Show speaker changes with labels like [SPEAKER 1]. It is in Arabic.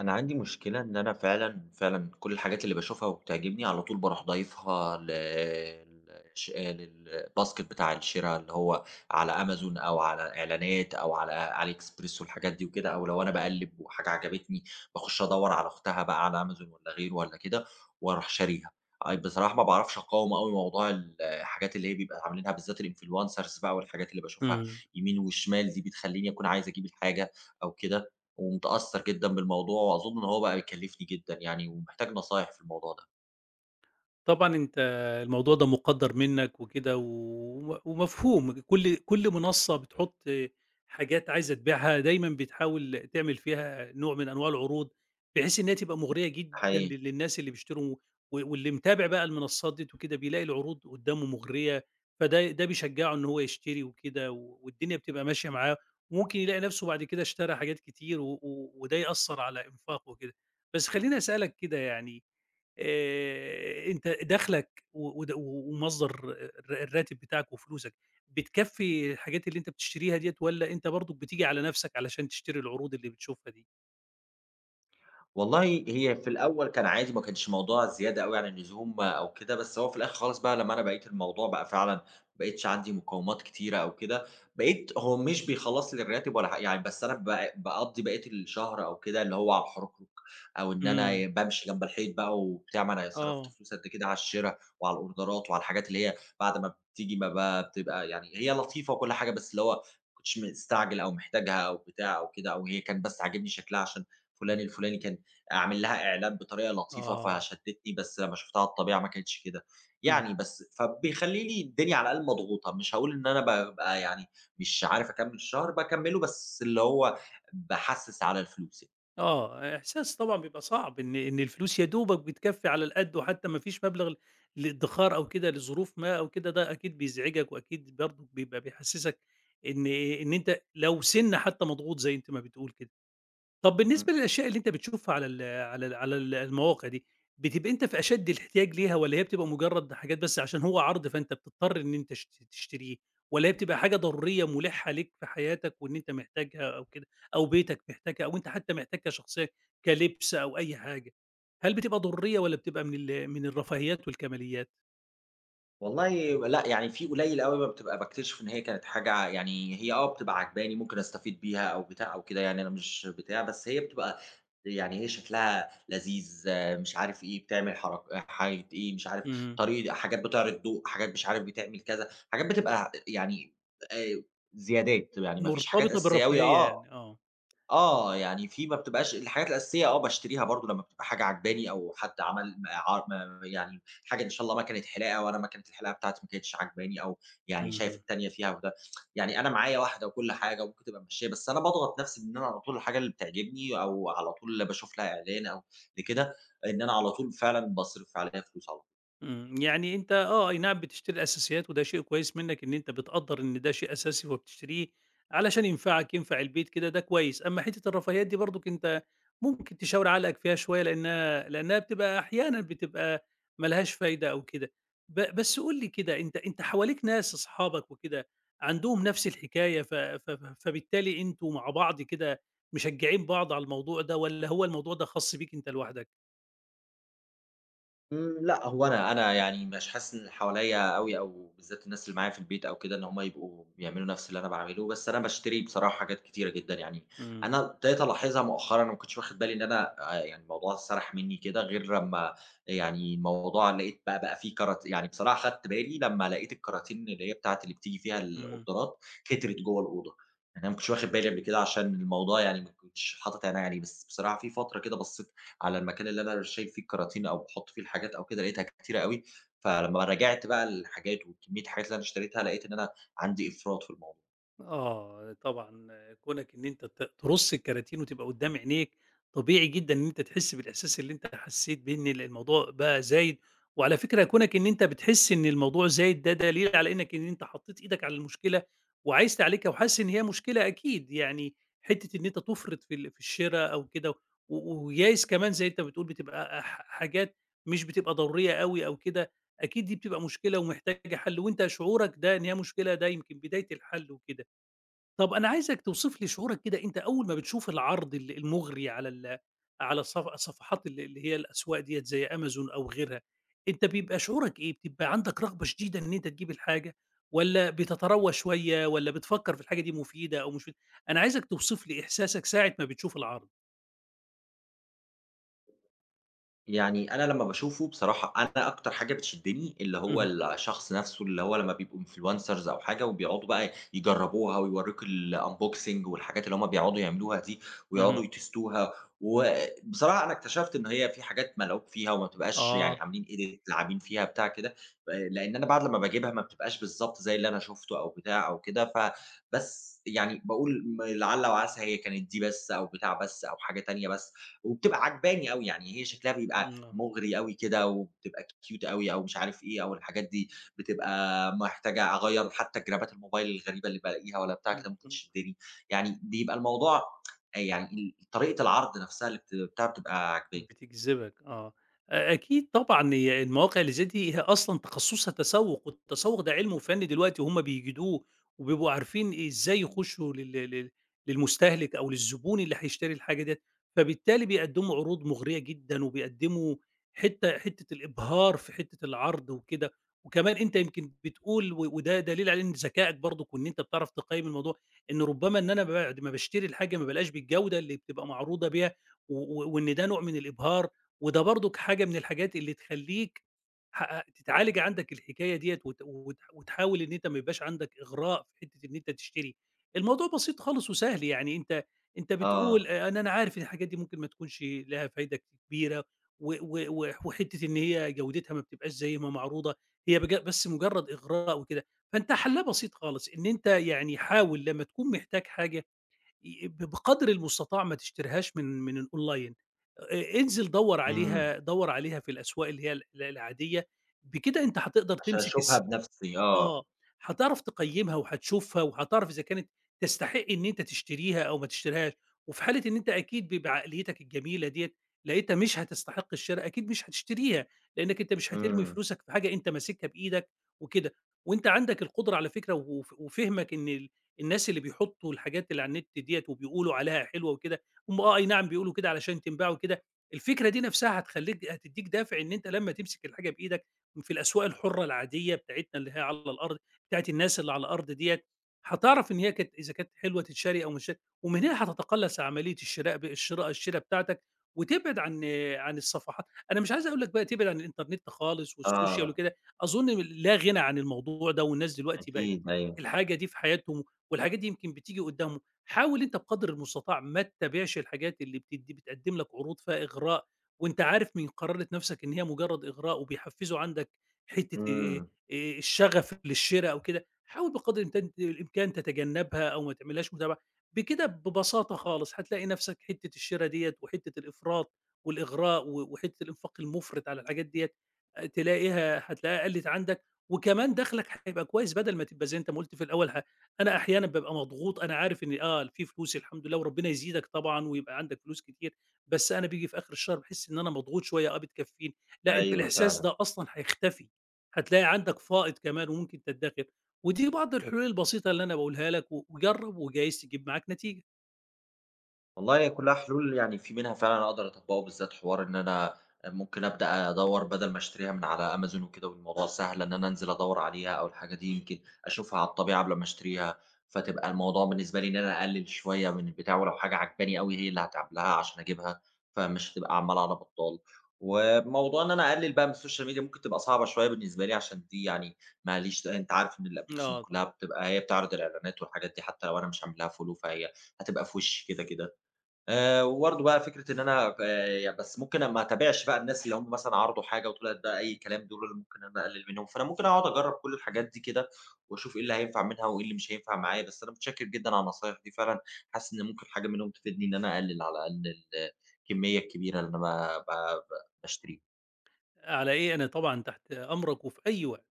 [SPEAKER 1] أنا عندي مشكلة إن أنا فعلًا كل الحاجات اللي باشوفها وبتعجبني على طول باروح ضايفها ل للش للباسكت بتاع الشرا اللي هو على أمازون أو على إعلانات أو على علي إكسبريس والحاجات دي وكده، أو لو أنا باقلِّب وحاجة عجبتني باخُش أدوّر على أختها بقى على أمازون والّا غيره والّا كده وأروح شاريها. أي بصراحة ما باعرفش أقاوم أوي موضوع الحاجات اللي هي بيبقى عاملينها، بالذات الinfluencers بقى، والحاجات اللي باشوفها
[SPEAKER 2] إمم.
[SPEAKER 1] يمين وشمال دي بتخلّيني أكون عايز أجيب الحاجة أو كده، ومتأثّر جدًا بالموضوع، وأظُن إن هو بقى بيكلّفني جدًا يعني، ومحتاج نصايح في الموضوع ده،
[SPEAKER 2] طبعًا أنت الموضوع ده مُقدّر منّك وكده وم ومفهوم، كل منصّة بتحُط حاجات عايزة تبيعها دايمًا بتحاول تعمل فيها نوع من أنواع العروض، بحيث إن هي تبقى مُغرية جدًا
[SPEAKER 1] حقيقي.
[SPEAKER 2] لل للناس اللي بيشتروا و واللي متابع بقى المنصّات ديّة وكده بيلاقي العروض قُدّامه مُغرية، فده بيشجّعه إن هو يشتري وكده و والدنيا بتبقى ماشية معاه، وممكن يلاقي نَفْسه بعد كده اشترى حاجات كتير و و وده يأثّر على إنفاقه وكده. بس خلّيني أسألك كده يعني أنت دخلك و ود و- ومصدر الر الراتب بتاعك وفلوسك، بتكفّي الحاجات اللي أنت بتشتريها ديّة والّا أنت برضك بتيجي على نَفْسك علشان تشتري العروض اللي بتشوفها دي؟
[SPEAKER 1] والله هي في الأول كان عادي، ما كانش موضوع زيادة أوي عن اللزوم أو كده، بس هو في الآخر خالص بقى لمّا أنا بقيت الموضوع بقى فعلًا، ما بقيتش عندي مقاومات كتيرة أو كده، بقيت هو مش بيخلّص لي الراتب ولا حاجة يعني، بس أنا باقضّي بقية الشهر أو كده اللي هو على الحركرك، أو إن
[SPEAKER 2] إمم،
[SPEAKER 1] أنا بامشي جنب الحيط بقى وبتاع، ما أنا صرفت
[SPEAKER 2] آه.
[SPEAKER 1] فلوس قد كده على الشرا وعلى الأوردرات وعلى الحاجات اللي هي بعد ما بتيجي ما بتبقى، يعني هي لطيفة وكل حاجة، بس اللي هو ما كنتش مستعجل أو محتاجها أو بتاع أو كده، أو هي كان بس عاجبني شكلها عشان فلان الفلاني كان أعمل لها إعلان بطريقة لطيفة
[SPEAKER 2] آه،
[SPEAKER 1] فشدّتني، بس لمّا شُفتها على الطبيعة ما كانتش كده.
[SPEAKER 2] إمم،
[SPEAKER 1] يعني بس فبيخلّي لي الدنيا على الأقل مضغوطة، مش هاقول إن أنا بابقى يعني مش عارف أكمّل الشهر، باكمّله بس اللي هو باحسِّس على الفلوس يعني.
[SPEAKER 2] آه. إحساس طبعًا بيبقى صعب إن الفلوس يا دوبك بتكفّي على القد وحتى ما فيش مبلغ للادّخار أو كده لظروف ما أو كده، ده أكيد بيزعجك وأكيد برضه بيبقى بيحسّسك إن أنت لو سِنّة حتى مضغوط زي أنت ما بتقول كده. طب بالنسبة للأشياء اللي أنت بتشوفها على ال المواقع دي، بتبقى أنت في أشد الاحتياج ليها والّا هي بتبقى مجرد حاجات بس عشان هو عرض فأنت بتضطر إن أنت تشتريه، والّا هي بتبقى حاجة ضرورية ملحة ليك في حياتك وإن أنت محتاجها أو كده، أو بيتك محتاجها أو أنت حتى محتاج كشخصية كلبس أو أي حاجة؟ هل بتبقى ضرورية والّا بتبقى من الرفاهيات والكماليات؟
[SPEAKER 1] والله لأ، يعني في قليل أوي ما بتبقى باكتشف إن هي كانت حاجة يعني هي آه، بتبقى عاجباني ممكن أستفيد بيها أو بتاع أو كده، يعني أنا مش بتاع، بس هي بتبقى يعني هي شكلها لذيذ، آه، مش عارف إيه، بتعمل حاجة إيه، مش عارف
[SPEAKER 2] إمم،
[SPEAKER 1] طريقة، حاجات بتعرض ضوء، حاجات مش عارف بتعمل كذا، حاجات بتبقى يعني آآ زيادات، يعني ما فيش حاجات
[SPEAKER 2] مرتبطة
[SPEAKER 1] أساسية أوي،
[SPEAKER 2] بالرفاهية
[SPEAKER 1] آه.
[SPEAKER 2] يعني. آه.
[SPEAKER 1] آه، يعني في ما بتبقاش الحاجات الأساسية، آه، باشتريها برضه لمّا بتبقى حاجة عاجباني أو حد عمل م ع م يعني حاجة، إن شاء الله مكنة حلاقة وأنا مكنة الحلاقة بتاعتي ما كانتش عاجباني، أو يعني شايف
[SPEAKER 2] اهم.
[SPEAKER 1] التانية فيها وده، يعني أنا معايا واحدة وكل حاجة وممكن تبقى ممشيّة، بس أنا باضغط نَفْسي إن أنا على طول الحاجة اللي بتعجبني أو على طول باشوف لها إعلان أو لكده، إن أنا على طول فعلًا باصرف عليها فلوس على
[SPEAKER 2] إمم، يعني أنت آه، أي نعم بتشتري الأساسيات وده شيء كويس منّك إن أنت بتقدّر إن ده شيء أساسي وبتشتريه علشان ينفعك، ينفع البيت كده، ده كويس. أمّا حتّة الرفاهيات دي برضُك أنت ممكن تشاور عقلك فيها شوية لإنّها بتبقى أحيانًا بتبقى ما لهاش فايدة أو كده. بس قُل لي كده أنت حواليك ناس أصحابك وكده عندهم نفس الحكاية ف ف ف فبالتالي أنتم مع بعض كده مشجّعين بعض على الموضوع ده والّا هو الموضوع ده خاص بيك أنت لوحدك؟
[SPEAKER 1] إمم، لأ، هو أنا يعني مش حاسس إن اللي حواليّا أوي أو بالذات الناس اللي معايا في البيت أو كده، إن هم يبقوا بيعملوا نفس اللي أنا باعمله، بس أنا باشتري بصراحة حاجات كتيرة جدًا، يعني
[SPEAKER 2] إمم،
[SPEAKER 1] أنا ابتديت ألاحظها مؤخرًا، أنا ما كنتش واخد بالي إن أنا يعني الموضوع سَرَح منّي كده غير لمّا يعني الموضوع لقيت بقى فيه كرات، يعني بصراحة خدت بالي لمّا لقيت الكراتين اللي هي بتاعة اللي بتيجي فيها
[SPEAKER 2] إمم.
[SPEAKER 1] الأوردرات كترت جوّه الأوضة، يعني أنا ما كنتش واخد بالي قبل كده عشان الموضوع يعني ما كنتش حاطط عينيّا عليه، بس بصراحة في فترة كده بصّيت على المكان اللي أنا شايل فيه الكراتين أو باحُط فيه الحاجات أو كده، لقيتها كتيرة أوي، فلمّا راجعت بقى الحاجات وكمية الحاجات اللي أنا اشتريتها، لقيت إن أنا عندي إفراط في الموضوع.
[SPEAKER 2] آه، طبعًا كونك إن أنت ترُص الكراتين وتبقى قدّام عينيك، طبيعي جدًا إن أنت تحس بالإحساس اللي أنت حسّيت بيه إن الموضوع بقى زايد، وعلى فكرة كونك إن أنت بتحس إن الموضوع زايد ده دليل على إنك إن أنت حطّيت إيدك على المشكلة وعايز تعالجها وحاسس إن هي مشكلة أكيد، يعني حتّة إن أنت تُفرِط في الشِرا أو كده و ويايس كمان زي أنت بتقول بتبقى حاجات مش بتبقى ضرورية أوي أو كده، أكيد دي بتبقى مشكلة ومحتاجة حَل وأنت شعورك ده إن هي مشكلة ده يمكن بداية الحَل وكده. طب أنا عايزك توصف لي شعورك كده أنت أول ما بتشوف العرض المُغري على الصفحات اللي هي الأسواق ديّة زي أمازون أو غيرها، أنت بيبقى شعورك إيه؟ بتبقى عندك رغبة شديدة إن أنت تجيب الحاجة والّا بتتروّى شوية والّا بتفكّر في الحاجة دي مفيدة أو مش مف أنا عايزك توصف لي إحساسك ساعة ما بتشوف العرض؟
[SPEAKER 1] يعني أنا لمّا باشوفه بصراحة أنا أكتر حاجة بتشدّني اللي هو
[SPEAKER 2] اهم.
[SPEAKER 1] الشخص نَفْسه، اللي هو لمّا بيبقوا influencers أو حاجة وبيقعدوا بقى يجرّبوها ويورّوك الunboxing والحاجات اللي هم بيقعدوا يعملوها دي
[SPEAKER 2] اهم.
[SPEAKER 1] ويقعدوا يتستوها، وبصراحة أنا اكتشفت إن هي في حاجات ملعوب فيها وما بتبقاش يعني،
[SPEAKER 2] آه.
[SPEAKER 1] عاملين edit لاعبين فيها بتاع كده، لإن أنا بعد لمّا باجيبها ما بتبقاش بالضبط زي اللي أنا شُفته أو بتاع أو كده، فبس يعني باقول لعل وعسى هي كانت دي بس أو بتاع بس أو حاجة تانية بس. وبتبقى عاجباني أوي، يعني هي شكلها بيبقى
[SPEAKER 2] إمم.
[SPEAKER 1] مُغري أوي كده وبتبقى cute أوي أو مش عارف إيه أو الحاجات دي، بتبقى محتاجة أغيّر حتى جرابات الموبايل الغريبة اللي بالاقيها والّا بتاع كده ممكن
[SPEAKER 2] إمم.
[SPEAKER 1] تشدّني، يعني بيبقى الموضوع يعني طريقة العرض نَفْسها اللي بتاع بتبقى عاجباني.
[SPEAKER 2] بتجذبك آه. أكيد طبعًا هي المواقع اللي زي دي هي أصلًا تخصُّصها تسوُّق، والتسوُّق ده علم وفَن دلوقتي وهُم بيجيدوه، وبيبقوا عارفين إزاي
[SPEAKER 1] إمم.
[SPEAKER 2] يخشّوا لل لل للمستهلك أو للزبون اللي هيشتري الحاجة ديّة، فبالتالي بيقدّموا عروض مُغرية جدًا وبيقدّموا حتّة الإبهار في حتّة العرض وكده، وكمان أنت يمكن بتقول و وده دليل على إن ذكائك برضُك وإن أنت بتعرف تقيّم الموضوع، إن رُبّما إن أنا بعد ما باشتري الحاجة ما بالاقيهاش بالجودة اللي بتبقى معروضة بيها، و و وإن ده نوع من الإبهار، وده برضُك حاجة من الحاجات اللي تخلّيك تتعالج عندك الحكاية ديّة وت وت وتحاول إن أنت ما يبقاش عندك إغراء في حتّة إن أنت تشتري. الموضوع بسيط خالص وسهل، يعني أنت بتقول
[SPEAKER 1] آه،
[SPEAKER 2] أ أنا أنا عارف إن الحاجات دي ممكن ما تكونش لها فايدة كبيرة و و و وحتّة إن هي جودتها ما بتبقاش زي ما معروضة، هي بس مجرّد إغراء وكده، فأنت حلّها بسيط خالص، إن أنت يعني حاول لمّا تكون محتاج حاجة ي ب بقدر المستطاع ما تشتريهاش من الأونلاين، انزل
[SPEAKER 1] إمم،
[SPEAKER 2] دوّر عليها في الأسواق اللي هي العادية، بكده أنت هتقدر
[SPEAKER 1] عشان
[SPEAKER 2] تمسك
[SPEAKER 1] أشوفها بنَفْسي آه،
[SPEAKER 2] آه، هتعرف تقيّمها وهتشوفها وهتعرف إذا كانت تستحق إن أنت تشتريها أو ما تشتريهاش، وفي حالة إن أنت أكيد بعقليتك الجميلة ديّة لقيتها مش هتستحق الشرا أكيد مش هتشتريها، لإنّك أنت مش هترمي
[SPEAKER 1] إمم،
[SPEAKER 2] فلوسك في حاجة أنت ماسكها بإيدك وكده، وأنت عندك القدرة على فكرة وف وفهمك إن الناس اللي بيحطّوا الحاجات اللي على النت ديّة وبيقولوا عليها حلوة وكده، هم آه، أي نعم بيقولوا كده علشان تنباع وكده، الفكرة دي نَفْسها هتدّيك دافع إن أنت لمّا تمسك الحاجة بإيدك في الأسواق الحُرّة العادية بتاعتنا اللي هي على الأرض، بتاعة الناس اللي على الأرض ديّة، هتعرف إن هي كانت إذا كانت حلوة تتشري أو مش شا ومن هنا هتتقلّص عملية الشراء ب الشراء الشِرا بتاعتك وتبعد عن الصفحات. أنا مش عايز أقول لك بقى تبعد عن الإنترنت خالص والسوشيال
[SPEAKER 1] آه،
[SPEAKER 2] وكده، أظُن لا غِنى عن الموضوع ده والناس دلوقتي بقت
[SPEAKER 1] أكيد أيوه،
[SPEAKER 2] الحاجة دي في حياتهم والحاجات دي يمكن بتيجي قُدّامهم. حاول أنت بقدر المستطاع ما تتابعش الحاجات اللي بتقدّم لك عروض فيها إغراء وأنت عارف من قرارة نَفْسك إن هي مُجرّد إغراء وبيحفّزوا عندك حتّة آآ
[SPEAKER 1] إمم،
[SPEAKER 2] آآ الشغف للشِرا أو كده، حاول بقدر الإمكان تتجنّبها أو ما تعملهاش متابعة، بكده ببساطة خالص هتلاقي نَفْسك حتّة الشِرا ديّة وحتّة الإفراط والإغراء و وحتّة الإنفاق المُفرِط على الحاجات ديّة تلاقيها هتلاقيها قَلِّت عندك وكمان دَخْلك هيبقى كويس بدل ما تبقى زي أنت ما قُلت في الأول أنا أحيانًا بابقى مضغوط، أنا عارف إن آه في فلوس الحمد لله وربنا يزيدك طبعًا ويبقى عندك فلوس كتير، بس أنا بييجي في آخِر الشهر باحِس إن أنا مضغوط شوية آه بتكفّيني، لأ أنت
[SPEAKER 1] أيوه
[SPEAKER 2] الإحساس
[SPEAKER 1] فعلًا.
[SPEAKER 2] ده أصلًا هيختفي. هتلاقي عندك فائض كمان وممكن تدخر، ودي بعض الحلول البسيطة اللي أنا باقولها لك و وجرّب وجايز تجيب معاك نتيجة.
[SPEAKER 1] والله هي كلّها حلول، يعني في منها فعلًا أقدر أطبّقه، بالذات حوار إن أنا ممكن أبدأ أدوّر بدل ما أشتريها من على أمازون وكده، والموضوع سهل إن أنا أنزل أدوّر عليها أو الحاجة دي يمكن أشوفها على الطبيعة قبل ما أشتريها، فتبقى الموضوع بالنسبة لي إن أنا أقلل شوية من البتاع، ولو حاجة عاجباني أوي هي اللي هاتعب لها عشان أجيبها، فمش هتبقى عمّال على بطّال. وموضوع إن أنا أقلل بقى من السوشيال ميديا ممكن تبقى صعبة شوية بالنسبة لي، عشان دي يعني ما ليش، أنت عارف إن الapplications
[SPEAKER 2] آه طبعًا،
[SPEAKER 1] كلّها بتبقى هي بتعرض الإعلانات والحاجات دي حتى لو أنا مش عامل لها follow، فهي هتبقى في وشّي كده، كده. وبرضه بقى فكرة إن أنا يعني بس ممكن ما اتابعش بقى الناس اللي هُم مثلًا عرضوا حاجة وطلعت بقى أي كلام، دول اللي ممكن أنا أقلل منهم، فأنا ممكن أقعد أجرّب كل الحاجات دي كده، وأشوف إيه اللي هينفع منها وإيه اللي مش هينفع معايا، بس أنا متشكر جدًا على النصايح دي فعلًا، حاسس إن ممكن حاجة منهم تفيدني إن أنا أقلل على الأقل الكمية الكبيرة اللي أنا ب ب باشتريها.
[SPEAKER 2] على إيه أنا طبعًا تحت أمرك وفي أي وقت.